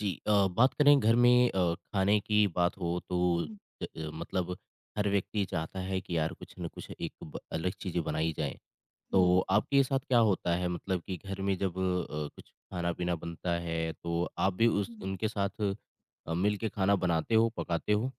जी बात करें घर में खाने की बात हो तो हुँ, मतलब हर व्यक्ति चाहता है कि यार कुछ न कुछ एक अलग चीज़ें बनाई जाएं। तो हुँ। आपके साथ क्या होता है? मतलब कि घर में जब कुछ खाना पीना बनता है तो आप भी उस उनके साथ मिल के खाना बनाते हो, पकाते हो।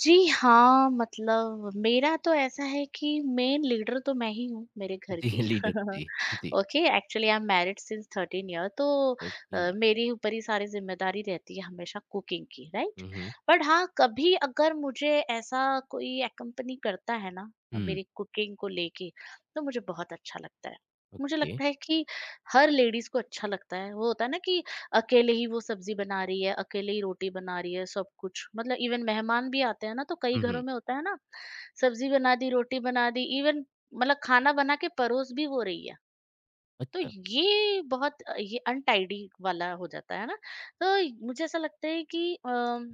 जी हाँ, मतलब मेरा तो ऐसा है कि मेन लीडर तो मैं ही हूँ मेरे घर जी। की। लीडर जी। जी। Okay, actually I am married since 13 year तो ओके। मेरे ऊपर ही सारी ज़िम्मेदारी रहती है हमेशा कुकिंग की, राइट? हम्म। बट हाँ, कभी अगर मुझे ऐसा कोई एक्कम्पनी करता है ना हम्म। मेरी कुकिंग को लेके, तो मुझे बहुत अच्छा लगता है। मुझे ओके। लगता है कि हर लेडीज़ को अच्छा लगता है। वो होता है ना कि अकेले ही वो सब्जी बना रही है, अकेले ही रोटी बना रही है, सब कुछ। मतलब इवन मेहमान भी आते हैं ना, तो कई हम्म। घरों में होता है ना, सब्जी बना दी, रोटी बना दी, इवन मतलब खाना बना के परोस भी वो रही है। तो अच्छा ये बहुत ये अनटाइडी वाला हो जाता है ना। तो मुझे ऐसा लगता है कि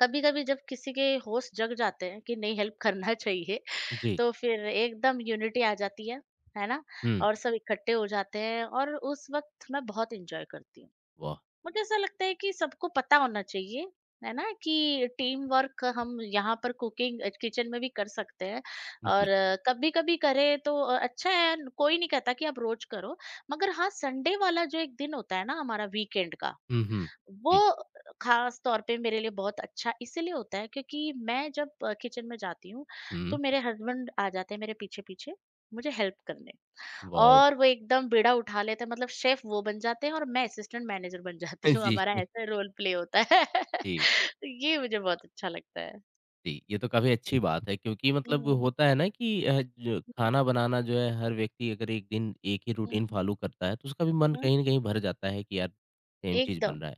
कभी-कभी जब किसी के होश जग जाते हैं कि नहीं हेल्प करना चाहिए, जी। तो फिर एकदम यूनिटी आ जाती है ना? हम्म। और सब इकट्ठे हो जाते हैं और उस वक़्त मैं बहुत एन्जॉय करती हूँ। वाह। मुझे ऐसा लगता है कि सबको पता होना चाहिए है ना कि टीम वर्क हम यहाँ पर कुकिंग किचन में भी कर सकते हैं और जी। कभी कभी करें तो अच्छा है कोई नहीं कहता कि आप रोज करो। मगर हाँ, संडे वाला जो एक दिन होता है ना हमारा वीकेंड का हम्म। हम्म। वो जी। खास तौर पे मेरे लिए बहुत अच्छा इसीलिए होता है क्योंकि मैं जब किचन में जाती हूँ हम्म। तो मेरे हस्बैंड आ जाते हैं मेरे पीछे पीछे मुझे हेल्प करने। वाह। और वो एकदम बीड़ा उठा लेते हैं, मतलब शेफ वो बन जाते हैं और मैं असिस्टेंट मैनेजर बन जाती हूँ। जी। हमारा ऐसा रोल प्ले होता है। जी। ये मुझे बहुत अच्छा लगता है। जी, ये तो काफ़ी अच्छी बात है, क्योंकि मतलब हुँ, होता है ना कि अ, ज खाना बनाना जो है, हर व्यक्ति अगर एक दिन एक ही हुँ, रूटीन फ़ॉलो करता है, तो उसका भी मन हुँ, कहीं न कहीं भर जाता है कि यार सेम चीज़ एकदम। बन रहा है।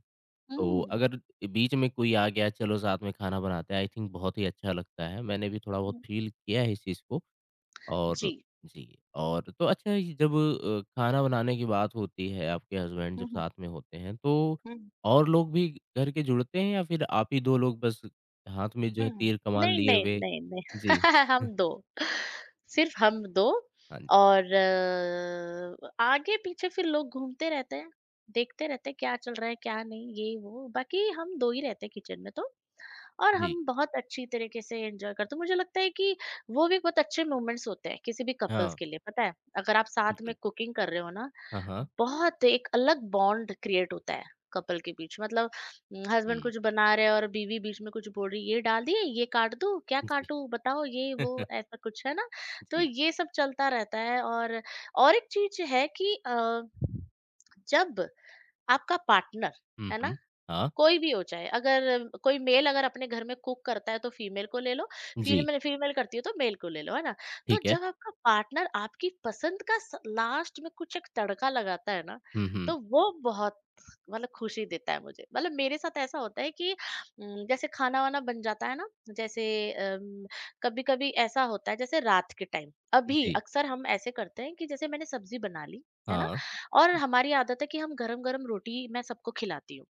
तो हुँ, अगर बीच में कोई आ गया, चलो साथ में खाना बनाते हैं, आई थिंक बहुत ही अच्छा लगता है। मैंने भी थोड़ा बहुत हुँ, फ़ील किया है इस चीज़ को। और जी। जी, और तो अच्छा, ये जब खाना बनाने की बात होती है, आपके हस्बैंड जब हुँ, हुँ, साथ में होते हैं, तो हुँ, और लोग भी घर के जुड़ते हैं या फिर आप ही 2 लोग बस हाथ में जो है हुँ। तीर कमान नहीं, लिए नहीं, हुए। नहीं, नहीं। जी, हम 2, सिर्फ हम 2। हाँ जी, और आगे पीछे फिर लोग घूमते रहते हैं, देखते रहते हैं क्या चल रहा है, क्या नहीं, ये वो बाकी हम 2 ही रहते हैं किचन में तो। और जी, हम बहुत अच्छी तरीके से एंजॉय करते हैं। मुझे लगता है कि वो भी एक बहुत अच्छे मोमेंट्स होते हैं किसी भी कपल्स हाँ, के लिए। पता है अगर आप साथ में बिल्कुल, कुकिंग कर रहे हो ना, हाँ, हाँ, बहुत एक अलग बॉन्ड क्रिएट होता है कपल के बीच। मतलब हस्बैंड हुँ, कुछ बना रहे हैं और बीवी बीच में कुछ बोल रही है, ये डाल दिए, ये काट दूं, क्या जी, काटूं बताओ, ये वो ऐसा कुछ है ना। तो जी, ये सब चलता रहता है। और एक चीज है कि जब आपका पार्टनर, हुँ, है ना, हुँ, हाँ, कोई भी हो। चाहे अगर कोई मेल अगर अपने घर में कुक करता है तो फीमेल को ले लो, जी, फीमेल फीमेल करती है तो मेल को ले लो, है ना। तो ठीक है, जब आपका पार्टनर आपकी पसंद का लास्ट में कुछ एक तड़का लगाता है ना, हुँ, हुँ, तो वो बहुत मतलब खुशी देता है मुझे। मतलब मेरे साथ ऐसा होता है कि जैसे खाना वाना बन जाता है ना, जैसे कभी कभी ऐसा होता है जैसे रात के टाइम अभी जी, अक्सर हम ऐसे करते हैं कि जैसे मैंने सब्जी बना ली, है ना, हाँ, और हमारी आदत है कि हम गरम गरम रोटी मैं सबको खिलाती हूँ।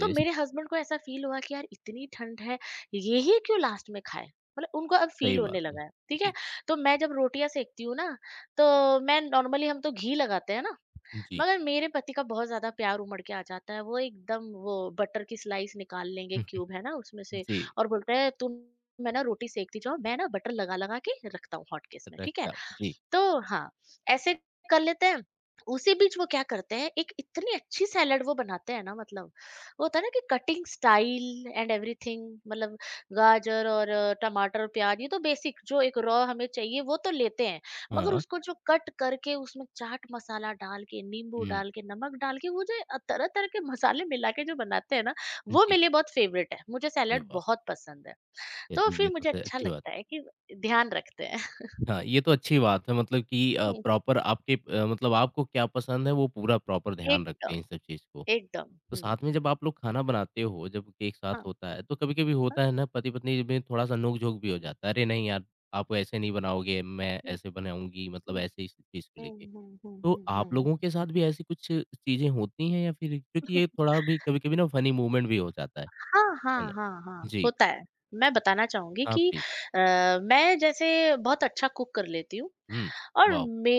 तो ये मेरे हस्बैंड को ऐसा फील हुआ कि यार इतनी ठंड है, ये ही क्यों लास्ट में खाए। मतलब उनको अब सही फील बात होने है, लगा है, ठीक है। जी, तो मैं जब रोटियां सेकती हूँ ना, तो मैं नॉर्मली हम तो घी लगाते हैं ना, जी, मगर मेरे पति का बहुत ज्यादा प्यार उमड़ के आ जाता है। वो एकदम वो बटर की स्लाइस निकाल लेंगे, क्यूब है ना उसमें से, जी, और बोलते हैं तुम, मैं ना रोटी सेकती जाओ, मैं ना बटर लगा लगा के रखता हूँ हॉटकेस में, ठीक है। रखता हूँ, जी, तो हाँ, ऐसे कर लेते हैं। उसी बीच वो क्या करते हैं, एक इतनी अच्छी सैलड वो बनाते हैं ना मतलब, वो होता है ना कि कटिंग स्टाइल एंड एवरीथिंग। मतलब गाजर और टमाटर और प्याज़, ये तो बेसिक जो एक रॉ हमें चाहिए वो तो लेते हैं। मगर हाँ, उसको जो कट करके उसमें चाट मसाला डाल के, नींबू हुँ, डाल के, नमक डाल के वो जो तरह-तरह के मसाले मिला के जो बनाते हैं ना, वो जी, मेरे लिए बहुत फेवरेट है। मुझे अरे सैलड वाह! बहुत पसंद है। तो चलिए, फिर ये तो मुझे स अच्छा अच्छी बात है। लगता है कि ध्यान रखते हैं। हाँ, ये तो अच्छी बात है, मतलब कि हुँ, हुँ। प्रॉपर आपके मतलब आपको क्या पसंद है, वो पूरा प्रॉपर ध्यान रखते एकदम। हैं इन सब चीज़ को। एकदम, तो हुँ, साथ में जब आप लोग खाना बनाते हो, जब एक साथ हाँ। होता है, तो कभी-कभी हाँ, होता है ना पति-पत्नी में थोड़ा-सा नोक-झोंक भी हो जाता है, "अरे! नहीं यार, आप ऐसे नहीं बनाओगे, मैं हुँ, ऐसे बनाऊँगी।" मतलब हुँ, ऐसे इस चीज़ को हुँ, लेके। हुँ, हुँ, तो हुँ, हुँ, आप हुँ। लोगों के साथ भी ऐसी कुछ चीज़ें होती हैं या फिर क्योंकि ये थोड़ा भी कभी-कभी ना फनी मूवमेंट भी हो जाता हाँ, है हाँ, ना? हाँ, हाँ, जी। होता है। मैं बताना चाहूँगी हाँ, कि प्लीज़। अ, मैं जैसे बहुत अच्छा कुक कर लेती हूँ, हुँ, और वाओ! मे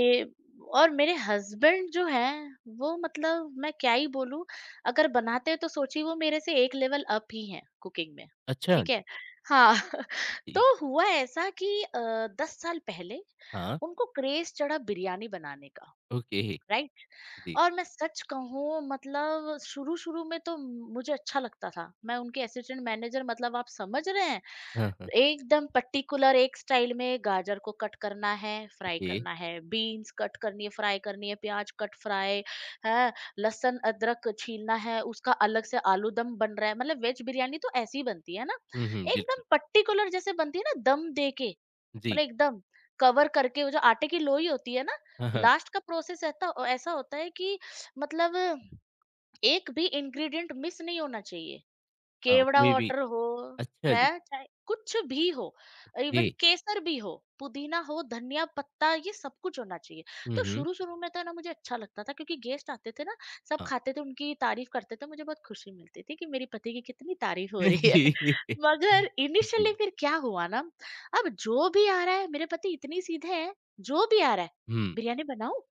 और मेरे हस्बैंड जो हैं, वो मतलब मैं क्या ही बोलूँ, अगर बनाते हैं तो सोचिए वो मेरे से एक लेवल अप ही हैं कुकिंग में, अच्छा! ठीक जी, है? हाँ। जी, तो हुआ ऐसा कि 10 साल पहले हाँ। उनको क्रेज़ चढ़ा बिरयानी बनाने का, ओके, राइट? जी। और मैं सच कहूँ मतलब शुरू-शुरू में तो मुझे अच्छा लगता था। मैं उनकी असिस्टेंट मैनेजर, मतलब आप समझ रहे हैं? हाँ, हाँ, एकदम पर्टिकुलर एक स्टाइल में गाजर को कट करना है, फ्राई ओके। करना है, बीन्स कट करनी है, फ्राई करनी है, प्याज कट फ्राई है, लहसुन अदरक छीलना है उसका अलग से, आलू दम बन रहा है, मतलब वेज बिरयानी तो ऐसी बनती है ना, हुँ, हुँ, बिल्कुल, एकदम पर्टिकुलर जैसे बनती है ना दम दे के, जी। मतलब एकदम कवर करके वो जो आटे की लोई होती है ना, हाँ, हाँ, लास्ट का प्रोसेस ऐसा ऐसा होता है कि मतलब एक भी इंग्रेडिएंट मिस नहीं होना चाहिए। हाँ, केवड़ा कोई भी वाटर हो, अच्छा जी, है, चाहे कुछ भी हो, इवन ये केसर भी हो, पुदीना हो, धनिया पत्ता, ये सब कुछ होना चाहिए। हुँ, तो हुँ, शुरू-शुरू में तो ना मुझे अच्छा लगता था क्योंकि गेस्ट आते थे ना, सब हाँ। खाते थे, उनकी तारीफ करते थे, मुझे बहुत खुशी मिलती थी कि मेरी पति की कितनी तारीफ हो रही है। जी, मगर जी, इनिशियली फिर क्या हुआ ना, अब जो भी आ रहा है, मेरे पति इतने सीधे हैं, जो भी आ रहा है, हुँ, "बिरयानी बनाऊँ?"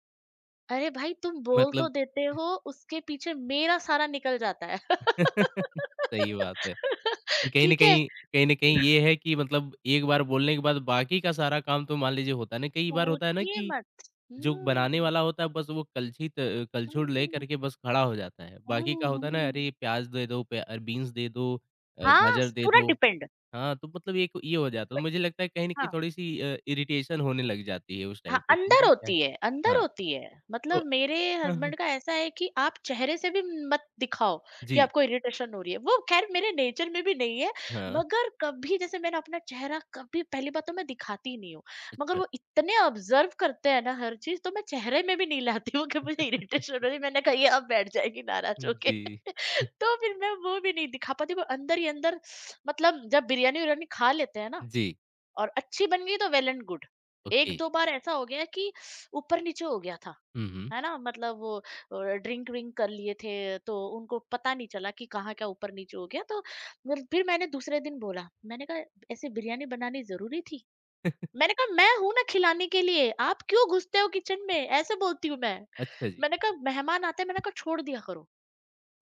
अरे भाई तुम बोल तो मतलब देते हो, उसके पीछे मेरा सारा निकल जाता है। सही बात है कि कहीं न ठीक है, कहीं ये है कि मतलब एक बार बोलने के बाद बाकी का सारा काम तो मान लीजिए होता है ना, कई बार होता है ना पूछिए कि मत। जो बनाने हम्म वाला होता है, बस वो कलछी त कलछुल लेकर हम्म के बस खड़ा हो जाता है। बाकी का हम्म होता है ना, हम्म। अरे! प्याज़ दे दो, प्या बीन्स दे दो, हाँ गाजर दे पूरा दो। डिपेंड। हाँ, तो मतलब एक ये हो जाता है, मुझे लगता है कहीं न कहीं हाँ, थोड़ी-सी इरिटेशन होने लग जाती है उस हाँ, टाइम पे, कि अंदर अरे क्या है। होती है, अंदर हाँ, होती है। तो मतलब मेरे हाँ, हाँ। हस्बैंड का ऐसा है कि आप चेहरे से भी मत दिखाओ कि जी, आपको इरिटेशन हो रही है। वो ख़ैर मेरे नेचर में भी नहीं है, हाँ, मगर कभी जैसे मैंने अपना चेहरा, कभी पहली बात तो मैं दिखाती नहीं हूँ, मगर अच्छा। वो इतने ऑब्ज़र्व करते हैं ना हर चीज़, तो मैं चेहरे में भी नहीं लाती हूँ कि मुझे इरिटेशन हो रही है। मैंने कहा ये अब बैठ जाएगी नाराज़ होके। जी, तो फिर मैं वो भी नहीं दिखा पाती, वो अंदर ही अंदर, मतलब जब बिरयानी-विरयानी खा लेते हैं ना जी, और अच्छी बन गई तो वेल एंड गुड। ओके। 1-2 बार ऐसा हो गया कि ऊपर-नीचे हो गया था, हुँ, हुँ। है ना? मतलब वो अ, ड्रिंक विंक कर लिए थे, तो उनको पता नहीं चला कि कहाँ क्या ऊपर-नीचे हो गया। तो फिर मैंने दूसरे दिन बोला, मैंने कहा, "ऐसे बिरयानी बनानी ज़रूरी थी?" मैंने कहा, "मैं हूँ ना खिलाने के लिए, आप क्यों घुसते हो किचन में?" ऐसे बोलती हूँ मैं। अच्छा जी। मैंने कहा, "मेहमान आते हैं," मैंने कहा, "छोड़ दिया करो।"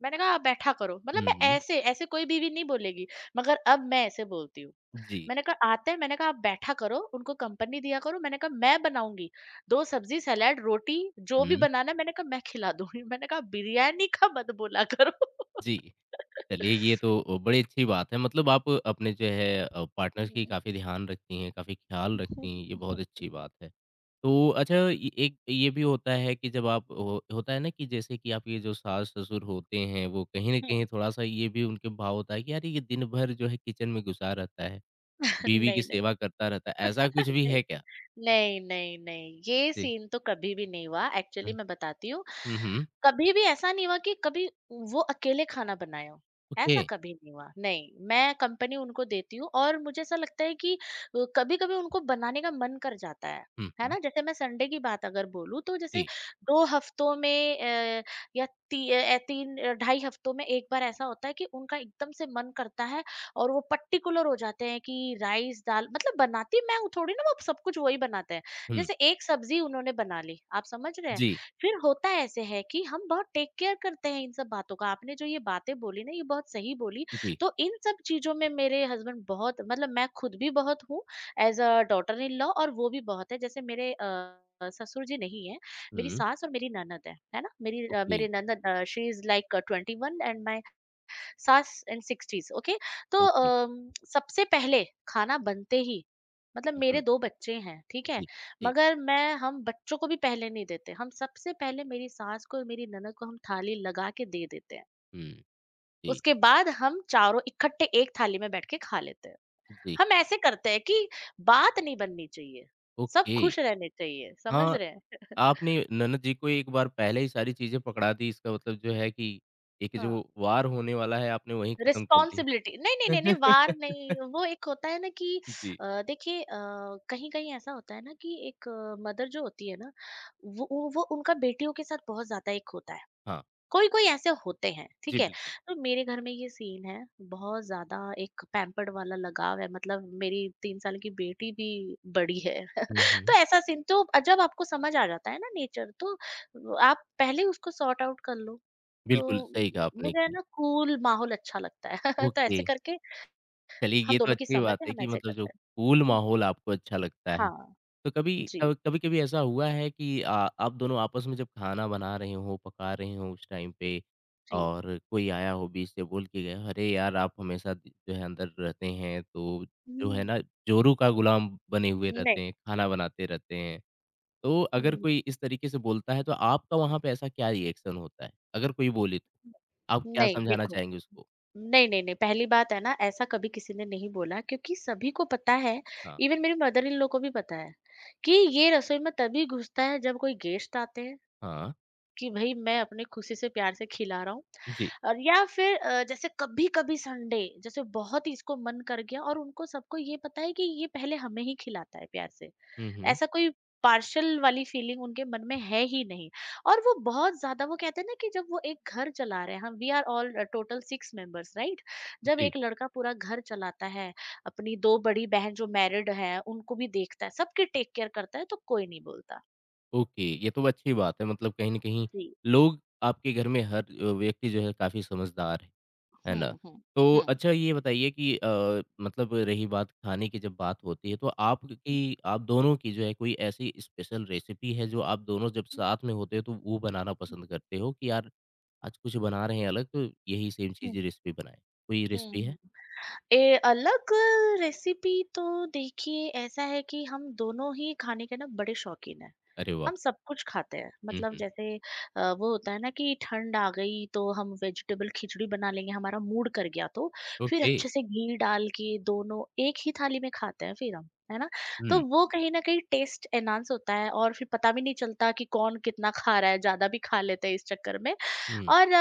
मैंने कहा, "आप बैठा करो।" मतलब हुँ, मैं हुँ। ऐसे, ऐसे कोई बीवी नहीं बोलेगी, मगर अब मैं ऐसे बोलती हूँ। जी, मैंने कहा आते हैं, मैंने कहा आप बैठा करो, उनको कंपनी दिया करो, मैंने कहा मैं बनाऊंगी दो सब्जी सलाद रोटी, जो भी हुँ, बनाना है मैंने कहा मैं खिला दूंगी। मैंने कहा बिरयानी का मत बोला करो। जी। चलिए, ये तो बड़ी अच्छी बात है, मतलब आप अपने जो है पार्टनर की हम्म, काफ़ी ध्यान रखती हैं, काफ़ी ख़्याल रखती हैं, ये बहुत हम्म, अच्छी बात है। तो अच्छा, ये एक ये भी होता है कि जब आप हो होता है ना कि जैसे कि आपके जो सास-ससुर होते हैं, वो कहीं न कहीं हम्म, थोड़ा-सा ये भी उनके भाव होता है कि यार ये दिन भर जो है किचन में घुसा रहता है, बीवी की नहीं नहीं सेवा करता रहता है, ऐसा कुछ भी नहीं, है क्या? नहीं, नहीं, नहीं, ये जी। सीन तो कभी भी नहीं हुआ। एक्चुअली हाँ। मैं बताती हूँ, हुँ, हुँ। कभी भी ऐसा नहीं हुआ कि कभी वो अकेले खाना बनाए हों, ओके। ऐसा कभी नहीं हुआ। नहीं, मैं कंपनी उनको देती हूँ और मुझे ऐसा लगता है कि कभी-कभी उनको बनाने का मन कर जाता हुँ, है हुँ। ना? जैसे मैं संडे की बात अगर बोलूँ तो जैसे जी। 2 हफ्तों में अ, 3 ढाई हफ्तों में एक बार ऐसा होता है कि उनका एकदम से मन करता है और वो पर्टिकुलर हो जाते हैं कि राइस दाल मतलब बनाती मैं हूँ थोड़ी ना, वो सब कुछ वही बनाते हैं। हुँ। जैसे एक सब्जी उन्होंने बना ली, आप समझ रहे हैं। जी। फिर होता ऐसे है कि हम बहुत टेक केयर करते हैं इन सब बातों का। आपने जो ये बातें बोली ना, ये बहुत सही बोली। जी। तो इन सब चीजों में मेरे हस्बैंड बहुत, मतलब मैं खुद भी बहुत हूँ as a daughter in law, और वो भी बहुत है। जैसे मेरे ससुर जी नहीं है, मेरी हुँ। सास और मेरी ननद है ना। मेरी ओके। मेरी ननद she is like 21 and my सास एंड 60s। ओके। तो ओके। सबसे पहले खाना बनते ही, मतलब हुँ, मेरे हुँ। दो बच्चे हैं, ठीक है। जी। जी। मगर मैं हम बच्चों को भी पहले नहीं देते, हम सबसे पहले मेरी सास को और मेरी ननद को हम थाली लगा के दे देते हैं। हुँ। जी, उसके बाद हम चारों इकट्ठे एक थाली में बैठ के खा लेते हैं। जी, हम ऐसे करते हैं कि बात नहीं बननी चाहिए, सब ओके। खुश रहने चाहिए, समझ हाँ, रहे हैं। आपने ननद जी को एक बार पहले ही सारी चीज़ें पकड़ा दी, इसका मतलब जो है कि एक जो हाँ, वार होने वाला है, आपने वहीं खत्म कर दी। रिस्पॉन्सिबिलिटी। नहीं, नहीं, है। नहीं, नहीं, वार नहीं। वो एक होता है ना कि जी, देखिए, कहीं-कहीं ऐसा होता है ना कि एक मदर जो होती है ना, वो उनका बेटियों के साथ बहुत ज़्यादा एक होता है। हाँ, कोई-कोई ऐसे होते हैं, जी, ठीक है? बिल्कुल। तो मेरे घर में ये सीन है, बहुत ज़्यादा एक पैम्पर्ड वाला लगाव है। मतलब मेरी 3 साल की बेटी भी बड़ी है। हुँ, हुँ, तो ऐसा सीन तो जब आपको समझ आ जाता है ना नेचर, तो आप पहले उसको सॉर्ट आउट कर लो। तो बिल्कुल, सही कहा आपने मुझे है कि ना कूल माहौल अच्छा लगता है। तो ओके, ऐसे करके चलिए हम ये तो दोनों की अच्छी समझ बात है, है हम कि ऐसे मतलब जो करते हैं। कूल हुँ, माहौल आपको अच्छा लगता है। हाँ, तो कभी जी, कभी कभी ऐसा हुआ है कि आप दोनों आपस में जब खाना बना रहे हो पका रहे हो उस टाइम पे, जी। और कोई आया हो बीच से बोल के गया, अरे यार आप हमेशा जो है अंदर रहते हैं, तो जो है हुँ, ना जोरू का गुलाम बने हुए नहीं, रहते हैं, खाना बनाते रहते हैं, तो अगर हुँ, कोई इस तरीके से बोलता है, तो आपका वहां पे ऐसा क्या रिएक्शन होता है? अगर कोई बोले, तो आप क्या नहीं, समझाना देखो। चाहेंगे उसको? नहीं, नहीं, नहीं, पहली बात है ना, ऐसा कभी किसी ने नहीं बोला, क्योंकि सभी को पता है। हाँ इवन मेरी मदर इन लॉ को भी पता है कि ये रसोई में तभी घुसता है जब कोई गेस्ट आते हैं। हाँ कि भई मैं अपने खुशी से प्यार से खिला रहा हूँ। जी और या फिर जैसे कभी-कभी संडे जैसे बहुत ही इसको मन कर गया, और उनको सबको ये पता है कि ये पहले हमें ही खिलाता है प्यार से। हम्म ऐसा कोई पार्शियल वाली फीलिंग उनके मन में है ही नहीं। और वो बहुत ज़्यादा वो कहते हैं ना कि जब वो एक घर चला रहे हैं, हम we are all total 6 members, right? जब हम्म एक लड़का पूरा घर चलाता है, अपनी 2 बड़ी बहन जो मैरिड हैं उनको भी देखता है, सबकी टेक केयर करता है, तो कोई नहीं बोलता। ओके, ये तो अच्छी बात है, मतलब कहीं न कहीं जी। लोग आपके घर में हर व्यक्ति जो है काफ़ी समझदार है ना? हुँ, हुँ, तो हुँ। अच्छा, ये बताइए कि मतलब रही बात खाने की, जब बात होती है तो आपकी आप दोनों की जो है कोई ऐसी स्पेशल रेसिपी है जो आप दोनों जब साथ में होते हो तो वो बनाना पसंद करते हो कि यार आज कुछ बना रहे हैं अलग, तो यही सेम हम्म, चीज़ रेसिपी बनाएँ? कोई रेसिपी है? हम्म। ए, अलग रेसिपी तो, देखिए ऐसा है कि हम दोनों ही खाने के ना बड़े शौकीन हैं। अरे वाह! हम सब कुछ खाते हैं, हुँ, मतलब हुँ। जैसे वो होता है ना कि ठंड आ गई तो हम वेजिटेबल खिचड़ी बना लेंगे, हमारा मूड कर गया तो फिर ओके। अच्छे से घी डाल के दोनों एक ही थाली में खाते हैं, फिर हम है ना, तो हुँ, वो कहीं ना कहीं टेस्ट एनहांस होता है और फिर पता भी नहीं चलता कि कौन कितना खा रहा है, ज्यादा भी खा लेते हैं इस चक्कर में। हुँ। और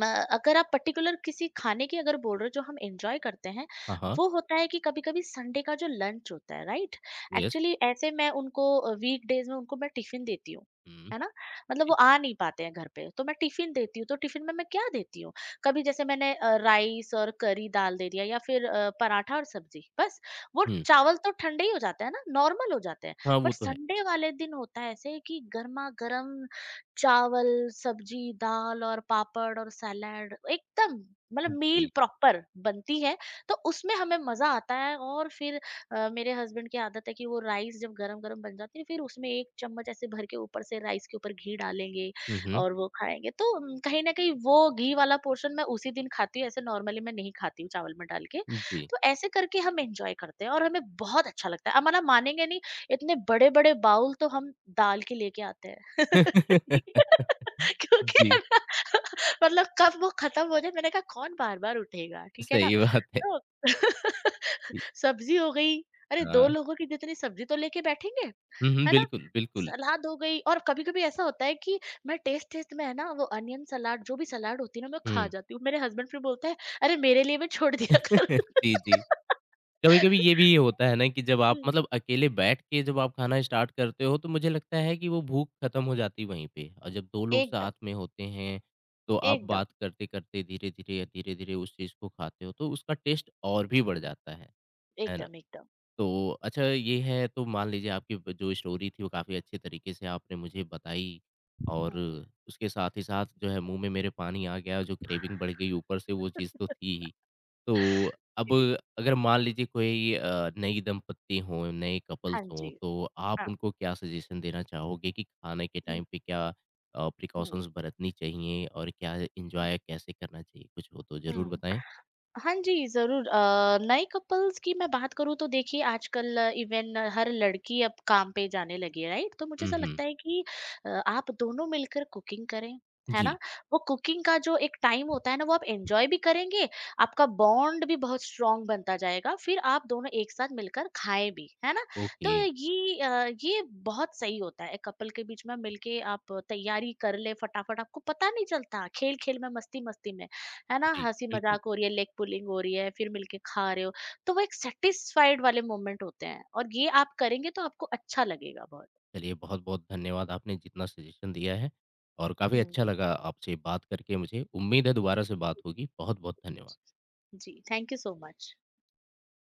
म अगर आप पर्टिकुलर किसी खाने की अगर बोल रहे हो जो हम एन्जॉय करते हैं, हाँ, हाँ। वो होता है कि कभी-कभी संडे का जो लंच होता है, राइट? यस। एक्चुअली ऐसे मैं उनको वीकडेज़ में उनको मैं टिफ़िन देती हूँ, हुँ, है ना? मतलब वो जी। आ नहीं पाते हैं घर पे, तो मैं टिफ़िन देती हूँ, तो टिफ़िन में मैं क्या देती हूँ? कभी जैसे मैंने राइस और करी दाल दे दिया, या फिर पराठा और सब्ज़ी, बस। वो हुँ। चावल तो ठंडे ही हो जाते हैं ना, नॉर्मल हो जाते हैं, हाँ, वो बट तो है। संडे वाले दिन होता है ऐसे कि गरमा-गरम चावल, सब्जी, दाल और पापड़ और सैलेड, एकदम मतलब मील जी। प्रॉपर बनती है। तो उसमें हमें मज़ा आता है और फिर मेरे हस्बैंड की आदत है कि वो राइस जब गरम-गरम बन जाती है फिर उसमें 1 चम्मच ऐसे भर के ऊपर से राइस के ऊपर घी डालेंगे हुँ, हुँ। और वो खाएँगे। तो कहीं न कहीं वो घी वाला पोर्शन मैं उसी दिन खाती हूँ, ऐसे नॉर्मली मैं नहीं खाती हूँ चावल में डाल के। जी। तो ऐसे करके हम एन्जॉय करते हैं और हमें बहुत अच्छा लगता है। आप मना मानेंगे नहीं, इतने बड़े-बड़े बाउल तो हम दाल के लेके आते हैं। क्योंकि है जी, ना। मतलब कब वो खत्म हो जाए, मैंने कहा कौन बार-बार उठेगा, ठीक है ना? सही बात है। तो जी, सब्जी हो गई, अरे 2 हाँ। लोगों की जितनी सब्जी तो लेके बैठेंगे, हुँ, हुँ, है ना? बिल्कुल, बिल्कुल। सलाद हो गई, और कभी-कभी ऐसा होता है कि मैं टेस्ट-टेस्ट में है ना वो अनियन सलाद, जो भी सलाद होती है ना मैं खा हुँ। जाती हूँ। मेरे हस्बैंड फिर बोलता है, "अरे मेरे लिए भी छोड़ दिया कर।" जी, जी। कभी-कभी ये भी होता है ना कि जब आप हुँ, मतलब अकेले बैठ के जब आप खाना स्टार्ट करते हो, तो मुझे लगता है कि वो भूख खत्म हो जाती है वहीं पे, और जब 2 लोग साथ एकदम, में होते हैं, तो आप एकदम, बात करते-करते धीरे-धीरे या धीरे-धीरे उस चीज़ को खाते हो, तो उसका टेस्ट और भी बढ़ जाता है। है ना? एकदम, एकदम। तो अच्छा ये है, तो मान लीजिए आपकी ब जो स्टोरी थी वो काफ़ी अच्छे तरीके से आपने मुझे बताई, और हुँ। उसके साथ ही साथ जो है मुँह में मेरे पानी आ गया, जो क्रेविंग बढ़ गई ऊपर से वो चीज़ तो थी ही। तो अब जी। अगर मान लीजिए कोई नई दंपत्ति हों, नए कपल्स हाँ हों, जी, तो आप हाँ। उनको क्या सजेशन देना चाहोगे कि खाने के हुँ, टाइम पे क्या हुँ, प्रिकॉशंस बरतनी चाहिए और क्या हुँ, एन्जॉय कैसे करना चाहिए? कुछ हो तो ज़रूर हुँ। बताएँ। हाँ जी, ज़रूर। नए कपल्स की मैं बात करूँ तो देखिए, आजकल इवन हर लड़की अब काम पे जाने लगी है, राइट? तो मुझे हुँ, ऐसा हुँ। लगता है कि आप दोनों मिलकर कुकिंग करें, है ना? जी, वो कुकिंग का जो एक टाइम होता है ना, वो आप एन्जॉय भी करेंगे, आपका बॉन्ड भी बहुत स्ट्रॉन्ग बनता जाएगा, फिर आप दोनों एक साथ मिलकर खाएँ भी, है ना? ओके। तो ये ये बहुत सही होता है। कपल के बीच में मिलके आप तैयारी कर लें फटाफट, आपको पता नहीं चलता खेल-खेल में, मस्ती-मस्ती में। है ना? जी, हँसी बिल्कुल। मज़ाक हो रही है, लेग पुलिंग हो रही है, फिर मिलके खा रहे हो, तो वो एक सैटिस्फाइड वाले मोमेंट होते हैं, और ये आप करेंगे तो आपको अच्छा लगेगा बहुत। चलिए बहुत-बहुत धन्यवाद, आपने जितना सजेशन दिया है, और काफ़ी हुँ। अच्छा लगा आपसे बात करके मुझे। उम्मीद है दोबारा से बात होगी। बहुत-बहुत धन्यवाद। जी, थैंक यू सो मच।